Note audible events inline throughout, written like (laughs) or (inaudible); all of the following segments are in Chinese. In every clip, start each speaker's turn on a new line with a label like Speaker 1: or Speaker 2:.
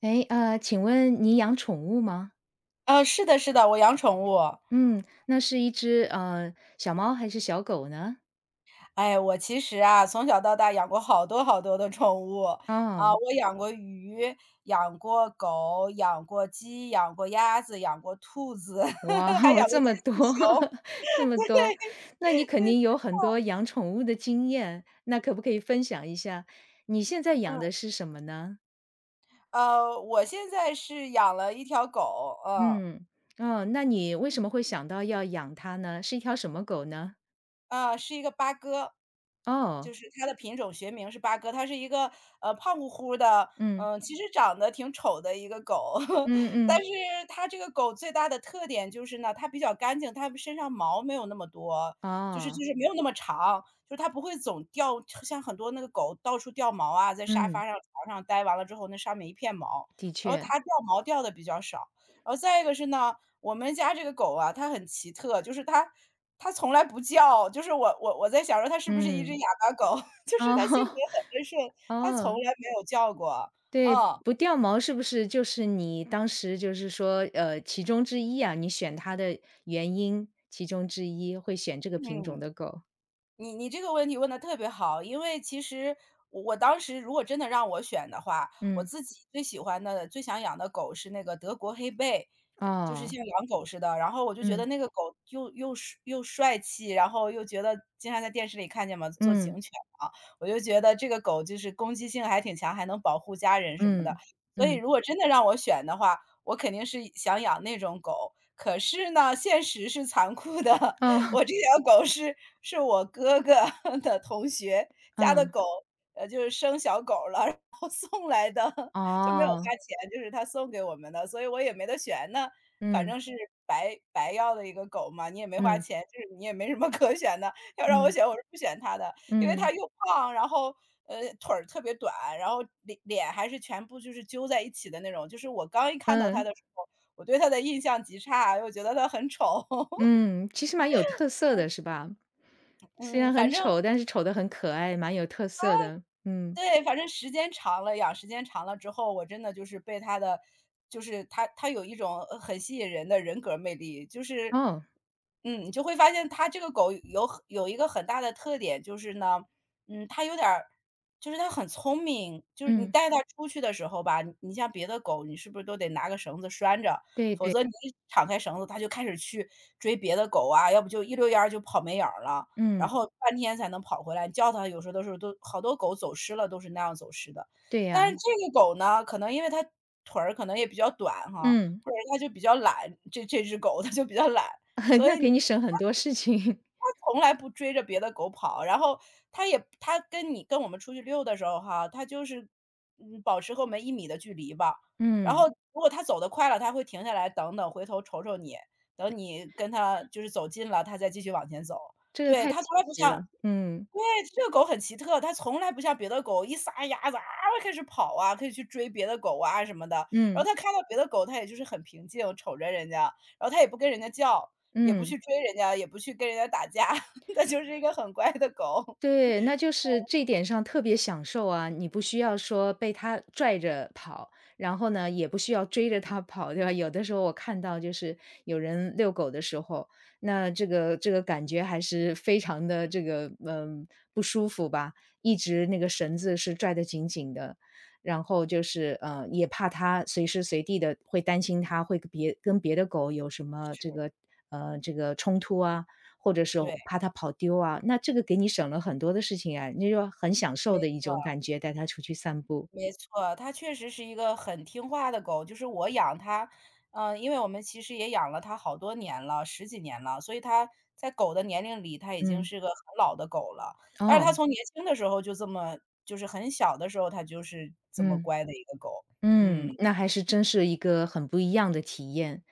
Speaker 1: 哎，请问你养宠物吗？
Speaker 2: 是的是的，我养宠物。
Speaker 1: 嗯，那是一只，小猫还是小狗呢？
Speaker 2: 哎，我其实啊，从小到大养过好多好多的宠物。啊，
Speaker 1: 哦，
Speaker 2: 我养过鱼，养过狗，养过鸡，养过鸭子，养过兔子，
Speaker 1: 哇
Speaker 2: (laughs) 还
Speaker 1: 哦，(laughs)
Speaker 2: 养过
Speaker 1: 这
Speaker 2: 金
Speaker 1: 么多，
Speaker 2: 丝熊。
Speaker 1: (laughs) 这么多，那你肯定有很多养宠物的经验，那可不可以分享一下，你现在养
Speaker 2: 嗯，
Speaker 1: 的是什么呢？
Speaker 2: 我现在是养了一条狗，嗯。
Speaker 1: 嗯，哦，那你为什么会想到要养它呢？是一条什么狗呢？
Speaker 2: 啊，是一个八哥，就
Speaker 1: 哦，
Speaker 2: 是它的品种学名是八哥，它是一个，胖乎乎的，
Speaker 1: 嗯，
Speaker 2: 其实长得挺丑的一个狗。
Speaker 1: 嗯
Speaker 2: (laughs) 但
Speaker 1: 嗯，
Speaker 2: 是它这个狗最大的特点就是呢，它比较干净，它身上毛没有那么多，就是
Speaker 1: 哦，
Speaker 2: 就是没有那么长，就是它不会总掉像很多那个狗到处掉毛啊，在沙发
Speaker 1: 嗯，
Speaker 2: 上、床上待完了之后，那上面一片毛，
Speaker 1: 的
Speaker 2: 然后
Speaker 1: 确，
Speaker 2: 它掉毛掉的比较少。然后再一个是呢我们家这个狗啊，它很奇特，就是它从来不叫，就是我在想说它是不是一只
Speaker 1: 嗯，
Speaker 2: 哑巴狗，(laughs) 就是
Speaker 1: 哦
Speaker 2: 它性格
Speaker 1: (laughs)，
Speaker 2: 很温顺，它从
Speaker 1: 哦。
Speaker 2: 来没有叫过，
Speaker 1: 对，
Speaker 2: 嗯，
Speaker 1: 不掉毛是不是就是你当时就是说，其中之一啊，你选它的原因其中之一，会选这个品种
Speaker 2: 嗯。
Speaker 1: 的狗？
Speaker 2: 你这个问题问的特别好，因为其实我当时如果真的让我选的话，我
Speaker 1: 嗯，
Speaker 2: 自己最喜欢的、最想养的狗是那个德国黑贝，就是
Speaker 1: 哦，
Speaker 2: 像养狗似的。然后我就觉得
Speaker 1: 嗯，
Speaker 2: 那个狗又帅又帅气，然后又觉得经常在电视里看见嘛，做
Speaker 1: 嗯，
Speaker 2: 警犬啊，我就觉得这个狗就是攻击性还挺强，还能保护家人什么的。
Speaker 1: 嗯，
Speaker 2: 所以
Speaker 1: 嗯，
Speaker 2: 如果真的让我选的话，我肯定是想养那种狗。可是呢，现实是残酷的。
Speaker 1: 哦，
Speaker 2: (laughs) 我这条狗是我哥哥 (laughs) 的同学家的
Speaker 1: 嗯，
Speaker 2: 狗，就是生小狗了，然后送来的，就没有
Speaker 1: 哦，
Speaker 2: 花钱，就是他送给我们的，所以我也没得选。那反
Speaker 1: 嗯，
Speaker 2: 正是白白要的一个狗嘛，你也没花
Speaker 1: 嗯，
Speaker 2: 钱，就是你也没什么 (laughs) 可选的。要让我
Speaker 1: 嗯，
Speaker 2: 选，我是不选它的，因为它
Speaker 1: 嗯，
Speaker 2: 又胖，然后，腿儿特别短，然后脸还是全部就是揪在一起的那种。就是我刚一看到它
Speaker 1: 嗯，
Speaker 2: 的时候，我对它的印象极差，又觉得它很丑。(laughs)
Speaker 1: 嗯，其实蛮有特色的是吧？虽
Speaker 2: 嗯，
Speaker 1: 然很
Speaker 2: 反正
Speaker 1: 丑，但是丑的很可爱，蛮有特色的。嗯，
Speaker 2: 对，反正时间长了，养时间长了之后，我真的就是被它的就是它有一种很吸引人的人格魅力，就是
Speaker 1: 哦，
Speaker 2: 你就会发现它这个狗有很有一个很大的特点，就是呢，它有点儿就是它很聪明，就是你
Speaker 1: 嗯，
Speaker 2: 带它出去的时候吧，你像别的狗，你是不是都得拿个绳子拴着，
Speaker 1: 对
Speaker 2: 否
Speaker 1: 对，
Speaker 2: 则你一敞开绳子，它就开始去追别的狗啊，要不就一溜烟儿就跑没影儿了。然
Speaker 1: 嗯，
Speaker 2: 后半天才能跑回来，你叫它有时候都是都好多狗走失了都是那样走失的。
Speaker 1: 对
Speaker 2: 但
Speaker 1: 呀，
Speaker 2: 是这个狗呢，可能因为它腿儿可能也比较短哈，
Speaker 1: 嗯。
Speaker 2: 或者它就比较懒，这只狗它就比较懒，
Speaker 1: (laughs)
Speaker 2: 所
Speaker 1: 那
Speaker 2: 以
Speaker 1: 给
Speaker 2: 你
Speaker 1: 你省很多事情。(laughs)
Speaker 2: 它从来不追着别的狗跑，然后它也它跟你跟我们出去溜的时候哈，它就是，保持和我们1米的距离吧。然后
Speaker 1: 嗯，
Speaker 2: 如果它走得快了，它会停下来等等，回头瞅瞅你，等你跟它就是走近了，它再继续往前走。
Speaker 1: 这个
Speaker 2: 对，
Speaker 1: 太神
Speaker 2: 它从来不
Speaker 1: 奇了。
Speaker 2: 像
Speaker 1: 嗯，
Speaker 2: 对，这个狗很奇特，它从来不像别的狗，一撒丫子啊开始跑啊，可以去追别的狗啊什么的。然后
Speaker 1: 嗯，
Speaker 2: 它看到别的狗，它也就是很平静，瞅着人家，然后它也不跟人家叫，也不
Speaker 1: 嗯。
Speaker 2: 去追人家，也不去跟人家打架，(laughs) 它就是一个很乖的狗。
Speaker 1: 对，那就是这一点上特别享受啊，你不需要说被它拽着跑，然后呢，也不需要追着它跑，对吧？有的时候我看到就是有人遛狗的时候，那这个感觉还是非常的这个不舒服吧，一直那个绳子是拽得紧紧的，然后就是也怕它随时随地的会担心它会跟别的狗有什么这
Speaker 2: 是。
Speaker 1: 个呃这个冲突啊，或者是
Speaker 2: 对，
Speaker 1: 怕它跑丢啊，那这个给你省了很多的事情啊，你就很享受
Speaker 2: 没
Speaker 1: 的一种
Speaker 2: 错。
Speaker 1: 感觉，带它出去散步。
Speaker 2: 没错，它确实是一个很听话的狗。就是我养它，因为我们其实也养了它好多年了十几年了，所以它在狗的年龄里，它已经
Speaker 1: 嗯，
Speaker 2: 是个很老的狗了。但是
Speaker 1: 哦，
Speaker 2: 它从年轻的时候就这么就是很小的时候，它就是这么
Speaker 1: 嗯，
Speaker 2: 乖的一个狗。
Speaker 1: 嗯，
Speaker 2: 嗯，
Speaker 1: 那还是真是一个很不一样的体验。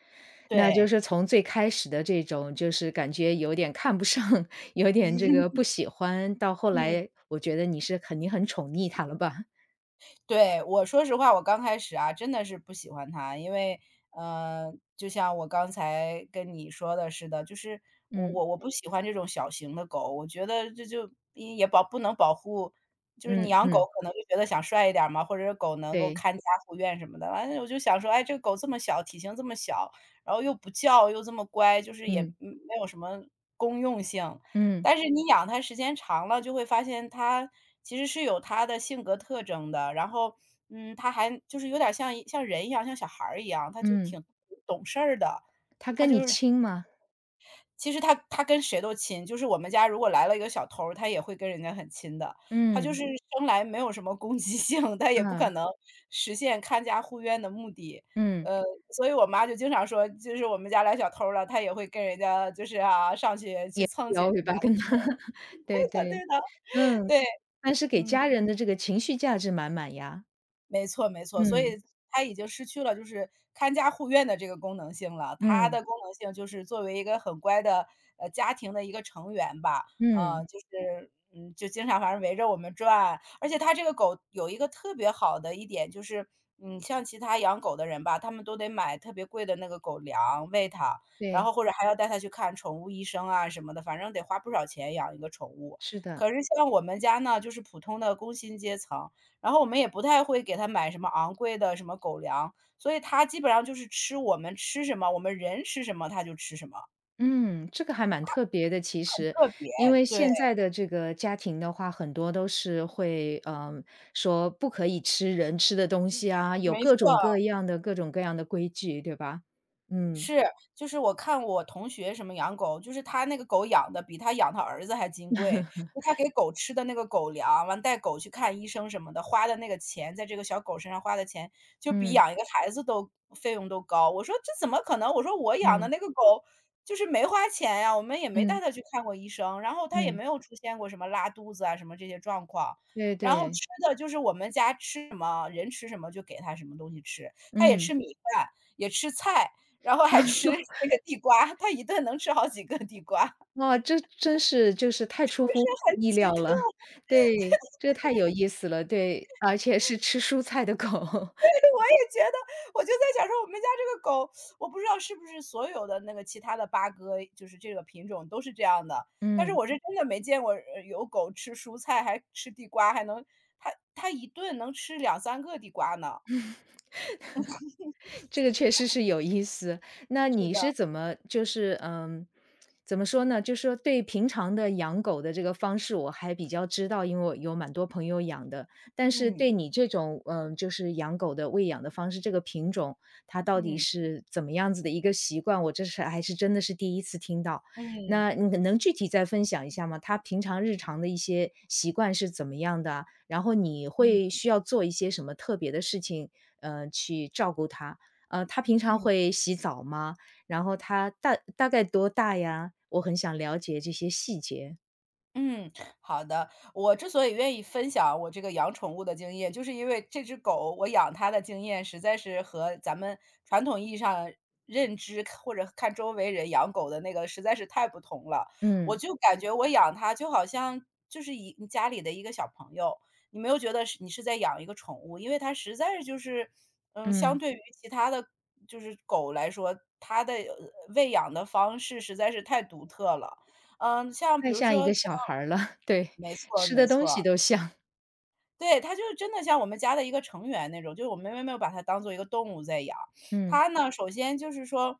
Speaker 1: 那就
Speaker 2: 对，
Speaker 1: 是从最开始的这种，就是感觉有点看不上，(laughs) 有点这个不喜欢，到后
Speaker 2: 嗯。
Speaker 1: 来我觉得你是肯定很宠溺它了吧？(laughs)
Speaker 2: 对，我说实话，我刚开始啊，真的是不喜欢它，因为，就像我刚才跟你说的似的，就是我
Speaker 1: 嗯，
Speaker 2: 我我不喜欢这种小型的狗，我觉得这就也不能保护，就是你
Speaker 1: 嗯，
Speaker 2: 养狗
Speaker 1: 嗯，
Speaker 2: 可能就觉得想帅一点儿嘛，或者是狗能够
Speaker 1: 对，
Speaker 2: 看家护院什么的，完了我就想说，哎，这个狗这么小，体型这么小，然后又不叫，又这么乖，就是也
Speaker 1: 嗯，
Speaker 2: 没有什么公用性，
Speaker 1: 嗯，
Speaker 2: 但是你养它时间长了，就会发现它其实是有它的性格特征的。然后，它还就是有点像像人一样，像小孩儿一样，它就
Speaker 1: 嗯，
Speaker 2: 挺懂事儿的。
Speaker 1: 它
Speaker 2: 它
Speaker 1: 跟
Speaker 2: 就
Speaker 1: 你亲吗？
Speaker 2: 其实它跟谁都亲，就是我们家如果来了一个小偷儿，它也会跟人家很亲的。它就
Speaker 1: 嗯，
Speaker 2: 是生来没有什么攻击性，它也不可
Speaker 1: 嗯，
Speaker 2: 能实现看家护院的目的。
Speaker 1: 嗯。
Speaker 2: 呃，所以我妈就经常说，就是我们家来小偷儿了，她也会跟人家就是啊，上去去蹭去
Speaker 1: 摇尾
Speaker 2: 人家。
Speaker 1: 巴跟他 (laughs)
Speaker 2: (laughs)
Speaker 1: 对对，
Speaker 2: 对的，
Speaker 1: 嗯，
Speaker 2: 对，
Speaker 1: 但是给
Speaker 2: 嗯。
Speaker 1: 家人的这个情绪价值满满呀。
Speaker 2: 没错没错，所以
Speaker 1: 嗯，
Speaker 2: 它已经失去了就是看家护院的这个功能性了。它
Speaker 1: 嗯，
Speaker 2: 的功能性就是作为一个很乖的，家庭的一个成员吧，
Speaker 1: 嗯，
Speaker 2: 就是，就经常反正围着我们转。而且它这个狗有一个特别好的一点就是，像其他养狗的人吧，他们都得买特别贵的那个狗粮喂它，然
Speaker 1: 对，
Speaker 2: 后或者还要带它去看宠物医生啊什么的，反正得花不少钱养一个宠物。
Speaker 1: 是的。
Speaker 2: 可是像我们家呢，就是普通的工薪阶层，然后我们也不太会给它买什么昂贵的什么狗粮，所以它基本上就是吃我们吃什么，我们人吃什么它就吃什么，
Speaker 1: 嗯，这个还蛮特别的其实，
Speaker 2: 特别
Speaker 1: 因为
Speaker 2: 对，
Speaker 1: 现在的这个家庭的话，很多都是会，说不可以吃人吃的东西啊，有
Speaker 2: 没
Speaker 1: 各
Speaker 2: 错。
Speaker 1: 种各样的各种各样的规矩，对吧？嗯，
Speaker 2: 是，就是我看我同学什么养狗，就是他那个狗养的比他养他儿子还金贵，就他给狗吃的那个狗粮，完带狗去看医生什么的，花的那个钱，在这个小狗身上花的钱，就比
Speaker 1: 嗯，
Speaker 2: 养一个孩子都费用都高。我说这怎么可能？我说我养的
Speaker 1: 嗯，
Speaker 2: 那个狗就是没花钱呀，我们也没带
Speaker 1: 嗯，
Speaker 2: 它去看过医生，然后它也
Speaker 1: 嗯，
Speaker 2: 没有出现过什么拉肚子啊什么这些状况。
Speaker 1: 对
Speaker 2: 然后
Speaker 1: 对，
Speaker 2: 吃的就是我们家吃什么，人吃什么就给它什么东西吃，它也
Speaker 1: 嗯。
Speaker 2: 吃米饭，也吃菜，然后还吃那个地瓜，它一顿能吃好几个地瓜，是
Speaker 1: 哇，这真是就是太出
Speaker 2: 不
Speaker 1: 乎
Speaker 2: 是
Speaker 1: 我
Speaker 2: 很
Speaker 1: 意
Speaker 2: 奇
Speaker 1: 料
Speaker 2: 特？
Speaker 1: 了，对，这太有意思了，对，而且是吃蔬菜的狗，(laughs)
Speaker 2: (laughs) 我也觉得，我就在想说我们家这个狗，我不知道是不是所有的那个其他的八哥，就是这个品种都是这样的，但是
Speaker 1: 嗯。
Speaker 2: 我是真的没见过，有狗吃蔬菜，还吃地瓜，还能它一顿能吃两三个地瓜呢。
Speaker 1: 这个确实是有意思。那
Speaker 2: 是
Speaker 1: 你
Speaker 2: 的，
Speaker 1: 是怎么怎么说呢？就是说对平常的养狗的这个方式，我还比较知道，因为我有蛮多朋友养的。但是
Speaker 2: 嗯，
Speaker 1: 对你这种，就是养狗的喂养的方式，这个品种它到底
Speaker 2: 嗯，
Speaker 1: 是怎么样子的一个习惯，我这是还是真的是第一次听到。
Speaker 2: 嗯，
Speaker 1: 那你能具体再分享一下吗？它平常日常的一些习惯是怎么样的啊然后你会
Speaker 2: 嗯，
Speaker 1: 需要做一些什么特别的事情，去照顾它？他平常
Speaker 2: 嗯。
Speaker 1: 会洗澡吗？然后他大概多大呀？我很想了解这些细节。
Speaker 2: 嗯，好的。我之所以愿意分享我这个养宠物的经验，就是因为这只狗，我养它的经验实在是和咱们传统意义上认知或者看周围人养狗的那个实在是太不同了。我
Speaker 1: 嗯，
Speaker 2: 就感觉我养它就好像就是一你家里的一个小朋友，你没有觉得是你是在养一个宠物，因为它实在是就是，相
Speaker 1: 嗯，
Speaker 2: 对于其他的就是狗来说，它的喂养的方式实在是太独特了。嗯，像比
Speaker 1: 太
Speaker 2: 如
Speaker 1: 像一
Speaker 2: 说
Speaker 1: 个
Speaker 2: 像
Speaker 1: 小孩儿了，(laughs) 对，
Speaker 2: 没错
Speaker 1: 吃
Speaker 2: 没
Speaker 1: 的东
Speaker 2: 错，
Speaker 1: 西都像。
Speaker 2: 对，它就是真的像我们家的一个成员那种，就是我们没有把它当做一个动物在养。
Speaker 1: 嗯，
Speaker 2: 它呢，首先就是说，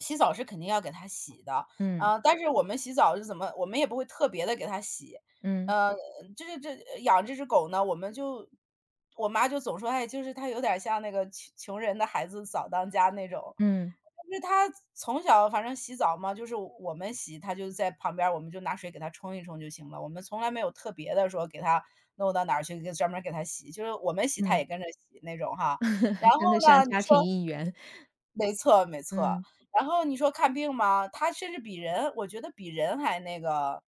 Speaker 2: 洗澡是肯定要给它洗的，
Speaker 1: 嗯，
Speaker 2: 但是我们洗澡是怎么我们也不会特别的给它洗。
Speaker 1: 嗯，
Speaker 2: 呃，就是这养这只狗呢，我们就我妈就总说，哎，就是它有点像那个穷人的孩子早当家那种。
Speaker 1: 嗯，
Speaker 2: 就是它从小反正洗澡嘛，就是我们洗，它就在旁边儿，我们就拿水给它冲一冲就行了。我们从来没有特别的说给它弄到哪儿去，给专门儿给它洗，就是我们洗他也
Speaker 1: 嗯，
Speaker 2: 跟着洗那种哈。然
Speaker 1: (laughs)
Speaker 2: 后
Speaker 1: 真的像
Speaker 2: 呢，你
Speaker 1: 家庭
Speaker 2: 说
Speaker 1: 一员。
Speaker 2: 没错没错，
Speaker 1: 嗯，
Speaker 2: 然后你说看病吗？他甚至比人我觉得比人还那个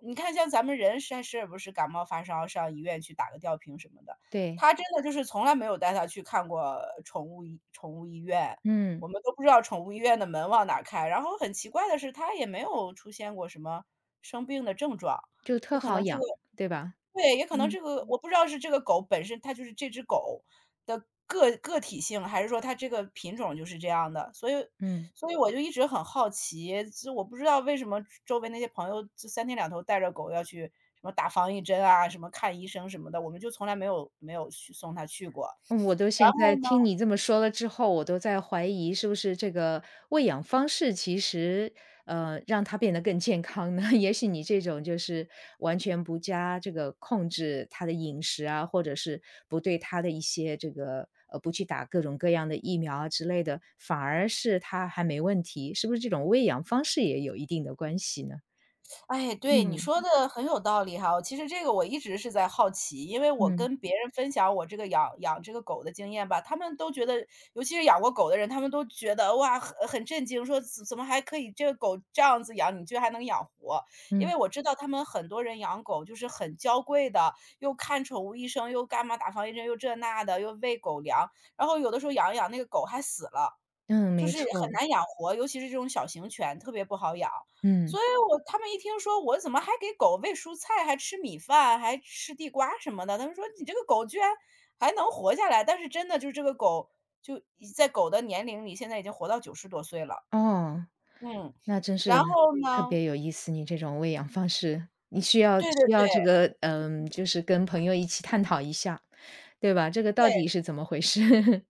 Speaker 2: 你看像咱们人是是不是感冒发烧上医院去打个吊瓶什么的，
Speaker 1: 对，
Speaker 2: 他真的就是从来没有带它去看过宠物医院，
Speaker 1: 嗯，
Speaker 2: 我们都不知道宠物医院的门往哪儿开。然后很奇怪的是，他也没有出现过什么生病的症状，
Speaker 1: 就
Speaker 2: 也
Speaker 1: 特
Speaker 2: 可
Speaker 1: 好
Speaker 2: 能这个
Speaker 1: 养，对吧？
Speaker 2: 对，也可能
Speaker 1: 嗯，
Speaker 2: 这个我不知道是这个狗本身它就是这只狗的个体性，还是说它这个品种就是这样的。所以
Speaker 1: 嗯。
Speaker 2: 所以我就一直很好奇，就我不知道为什么周围那些朋友就三天两头带着狗要去什么打防疫针啊，什么看医生什么的，我们就从来没有去送它去过。
Speaker 1: 嗯，我都
Speaker 2: 然
Speaker 1: 现
Speaker 2: 后
Speaker 1: 在
Speaker 2: 呢？
Speaker 1: 听你这么说了之后，我都在怀疑是不是这个喂养方式其实，让它变得更健康呢？(laughs) 也许你这种就是完全不加这个控制它的饮食啊，或者是不对它的一些这个不去打各种各样的疫苗啊之类的，反而是它还没问题，是不是这种喂养方式也有一定的关系呢？
Speaker 2: 哎，对，你
Speaker 1: 嗯，
Speaker 2: 说嗯的很有道理哈。其实这个我一直是在好奇，因为我
Speaker 1: 嗯，
Speaker 2: 跟别人分享我这个养这个狗的经验吧，他们都觉得尤其是养过狗的人，他们都觉得，哇，很震惊，说怎么还可以这个狗这样子养，你居然还能养活。因
Speaker 1: 嗯，
Speaker 2: 为我知道他们很多人养狗就是很娇贵的，又看宠物医生，又干嘛打防疫针，又这那的，又喂狗粮，然后有的时候养一养那个狗还死了。
Speaker 1: 嗯，
Speaker 2: 就
Speaker 1: 没
Speaker 2: 是很
Speaker 1: 错，
Speaker 2: 难养活，尤其是这种小型犬特别不好养。
Speaker 1: 嗯，
Speaker 2: 所以我他们一听说我怎么还给狗喂蔬菜，还吃米饭，还吃地瓜什么的，他们说你这个狗居然还能活下来，但是真的就是这个狗就已在狗的年龄里，现在已经活到90多岁了。
Speaker 1: 哦。
Speaker 2: 嗯，
Speaker 1: 那真是
Speaker 2: 然后
Speaker 1: 特
Speaker 2: 呢
Speaker 1: 别有意思，你这种喂养方式，你需要
Speaker 2: 对对
Speaker 1: 需要这
Speaker 2: 对，
Speaker 1: 个，嗯，就是跟朋友一起探讨一下，对吧？这个到底
Speaker 2: 对，
Speaker 1: 是怎么回事？(laughs)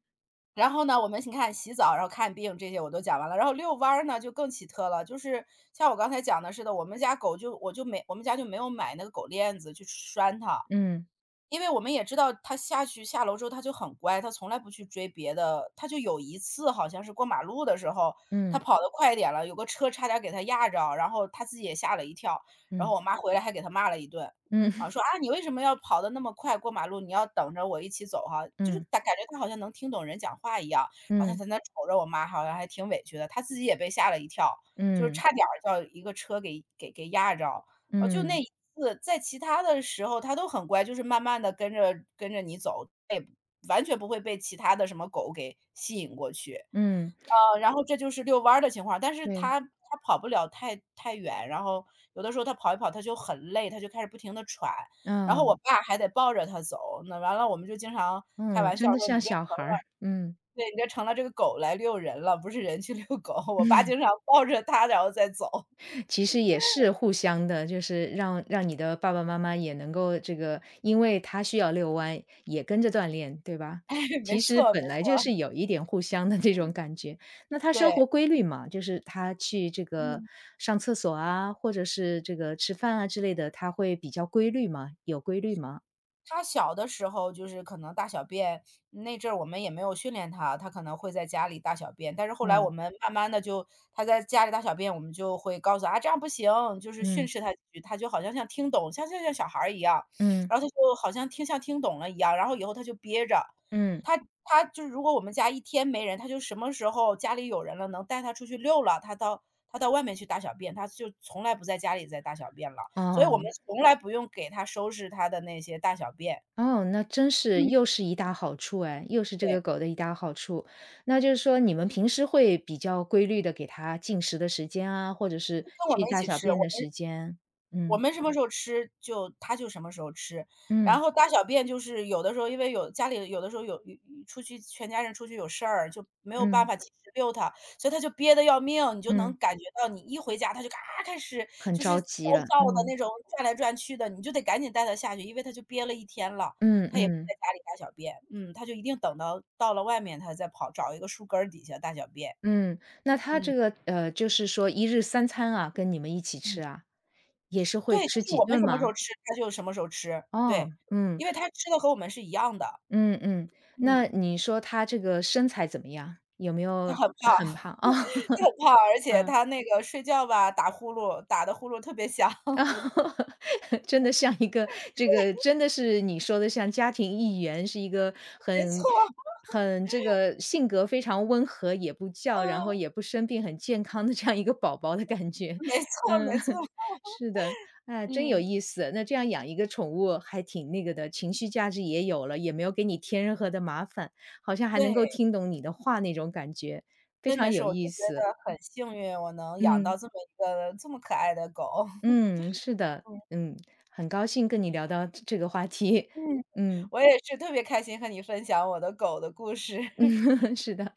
Speaker 2: 然后呢，我们你看洗澡，然后看病这些我都讲完了，然后遛弯儿呢就更奇特了，就是像我刚才讲的似的，我们家狗就我就没我们家就没有买那个狗链子去拴它。
Speaker 1: 嗯
Speaker 2: 因为我们也知道他下去下楼之后他就很乖，他从来不去追别的他就有一次好像是过马路的时候，他
Speaker 1: 嗯
Speaker 2: 跑得快点了，有个车差点给他压着，然后他自己也吓了一跳，然后
Speaker 1: 嗯
Speaker 2: 我妈回来还给他骂了一顿，
Speaker 1: 嗯
Speaker 2: 啊，说："啊，你为什么要跑得那么快过马路，你要等着我一起走哈。"就是
Speaker 1: 嗯
Speaker 2: 感觉他好像能听懂人讲话一样，然后他
Speaker 1: 嗯
Speaker 2: 在那瞅着我妈，好像还挺委屈的，他自己也被吓了一跳，就是
Speaker 1: 嗯
Speaker 2: 差点儿叫一个车给压着。哦，就那
Speaker 1: 嗯
Speaker 2: 一次，在其他的时候它都很乖，就是慢慢的跟着你走，它也完全不会被其他的什么狗给吸引过去。
Speaker 1: 嗯，
Speaker 2: 然后这就是遛弯儿的情况，但是
Speaker 1: 对，
Speaker 2: 它跑不了太远，然后有的时候它跑一跑它就很累，它就开始不停地喘，然后我
Speaker 1: 嗯
Speaker 2: 爸还得抱着它走，那完了我们就经常开
Speaker 1: 嗯，
Speaker 2: 玩笑
Speaker 1: 真
Speaker 2: 说：
Speaker 1: 的
Speaker 2: “你
Speaker 1: 像
Speaker 2: 这
Speaker 1: 小
Speaker 2: 成
Speaker 1: 孩儿，嗯。
Speaker 2: 对，你这成了这个狗来遛人了，不是人去遛狗。"我爸经常抱着它然后再走。(laughs)
Speaker 1: 其实也是互相的，就是让你的爸爸妈妈也能够这个，因为他需要遛弯，也跟着锻炼，对吧？
Speaker 2: 对，没
Speaker 1: 其实
Speaker 2: 错没
Speaker 1: 本来就是有一点互相的这种感觉。那他生活
Speaker 2: 对，
Speaker 1: 规律嘛，就是他去这个
Speaker 2: 嗯。
Speaker 1: 上厕所啊，或者是这个吃饭啊之类的，他会比较规律吗？有规律吗？
Speaker 2: 他小的时候就是可能大小便，那阵儿我们也没有训练他，他可能会在家里大小便。但是后来我
Speaker 1: 哦，
Speaker 2: 们慢慢的就他在家里大小便，我们就会告诉他啊，这样不行！"就是训
Speaker 1: 嗯
Speaker 2: 斥他几句，他就好像像听懂，像小孩儿一样，
Speaker 1: 嗯
Speaker 2: 然后他就好像听懂了一样，然后以后他就憋着。
Speaker 1: 嗯，
Speaker 2: 他就是如果我们家一天没人，他就什么时候家里有人了，能带他出去溜了，他到外面去大小便，他就从来不在家里再大小便了。所以我们
Speaker 1: 哦。
Speaker 2: 从来不用给他收拾他的那些大小便。
Speaker 1: 哦，那真是
Speaker 2: 嗯。
Speaker 1: 又是一大好处哎，又是这个
Speaker 2: 对，
Speaker 1: 狗的一大好处。那就是说你们平时会比较规律的给它进食的时间啊，或者是
Speaker 2: 就跟我
Speaker 1: 去
Speaker 2: 们一
Speaker 1: 大
Speaker 2: 起
Speaker 1: 小
Speaker 2: 吃，我
Speaker 1: 便的
Speaker 2: 们
Speaker 1: 时间？
Speaker 2: 我
Speaker 1: 嗯，
Speaker 2: 们什么时候吃就他就什么时候吃。然
Speaker 1: 嗯，
Speaker 2: 后大小便就是有的时候，因为有家里有的时候有出去全家人出去有事儿，就没有办
Speaker 1: 嗯，
Speaker 2: 法及时遛他，所以他就憋得要命，你就能
Speaker 1: 嗯，
Speaker 2: 感觉到你一回家他就嘎开始
Speaker 1: 很
Speaker 2: 就是
Speaker 1: 着
Speaker 2: 焦
Speaker 1: 急了，
Speaker 2: 躁的
Speaker 1: 嗯，
Speaker 2: 那种转来转去的，你就得赶紧带他下去，因为他就憋了一天了，
Speaker 1: 嗯，
Speaker 2: 他也不
Speaker 1: 嗯，
Speaker 2: 在家里大小便，嗯，他就一定等到到了外面他再跑，找一个树根儿底下大小便，
Speaker 1: 嗯。那它这个，就是说一日三餐啊，跟你们一起
Speaker 2: 嗯。
Speaker 1: 吃啊？也是
Speaker 2: 对，
Speaker 1: 会
Speaker 2: 就
Speaker 1: 吃
Speaker 2: 是
Speaker 1: 几
Speaker 2: 我们
Speaker 1: 顿
Speaker 2: 什么时候
Speaker 1: 吗？
Speaker 2: 吃，它就什么时候吃，
Speaker 1: 哦，
Speaker 2: 对。
Speaker 1: 嗯，
Speaker 2: 因为它吃的和我们是一样的，
Speaker 1: 嗯，嗯，那
Speaker 2: 嗯，
Speaker 1: 你说它这个身材怎么样？有没有
Speaker 2: 它很胖，
Speaker 1: 很胖？
Speaker 2: (laughs)
Speaker 1: (laughs)
Speaker 2: 它
Speaker 1: 哦，
Speaker 2: 很胖，而且
Speaker 1: 嗯。
Speaker 2: 它那个睡觉吧，打呼噜，打的呼噜特别响。
Speaker 1: (laughs) 啊，
Speaker 2: (laughs)
Speaker 1: 真的像一个这个真的是你说的像家庭一员，是一个
Speaker 2: 没
Speaker 1: 很
Speaker 2: 错，
Speaker 1: 很这个性格非常温和，也不叫，然后
Speaker 2: 嗯，
Speaker 1: 也不生病，很健康的这样一个宝宝的感觉。
Speaker 2: 没错
Speaker 1: 嗯，
Speaker 2: 没错，
Speaker 1: (laughs) 是的，哎，真有
Speaker 2: 嗯，
Speaker 1: 意思。那这样养一个宠物还挺那个的，情绪价值也有了，也没有给你添任何的麻烦，好像还能够
Speaker 2: 对，
Speaker 1: 听懂你的话那种感觉，非
Speaker 2: 真的
Speaker 1: 常
Speaker 2: 是
Speaker 1: 有
Speaker 2: 我就
Speaker 1: 意
Speaker 2: 觉
Speaker 1: 思。
Speaker 2: 得很幸运，我能养
Speaker 1: 嗯。
Speaker 2: 到这么一个这么可爱的狗。(laughs)
Speaker 1: 嗯，是的，嗯，很高兴跟你聊到这个话题，
Speaker 2: 嗯，
Speaker 1: 嗯
Speaker 2: 我也是特别开心和你分享我的狗的故事。(laughs)
Speaker 1: 嗯，(laughs) 是的。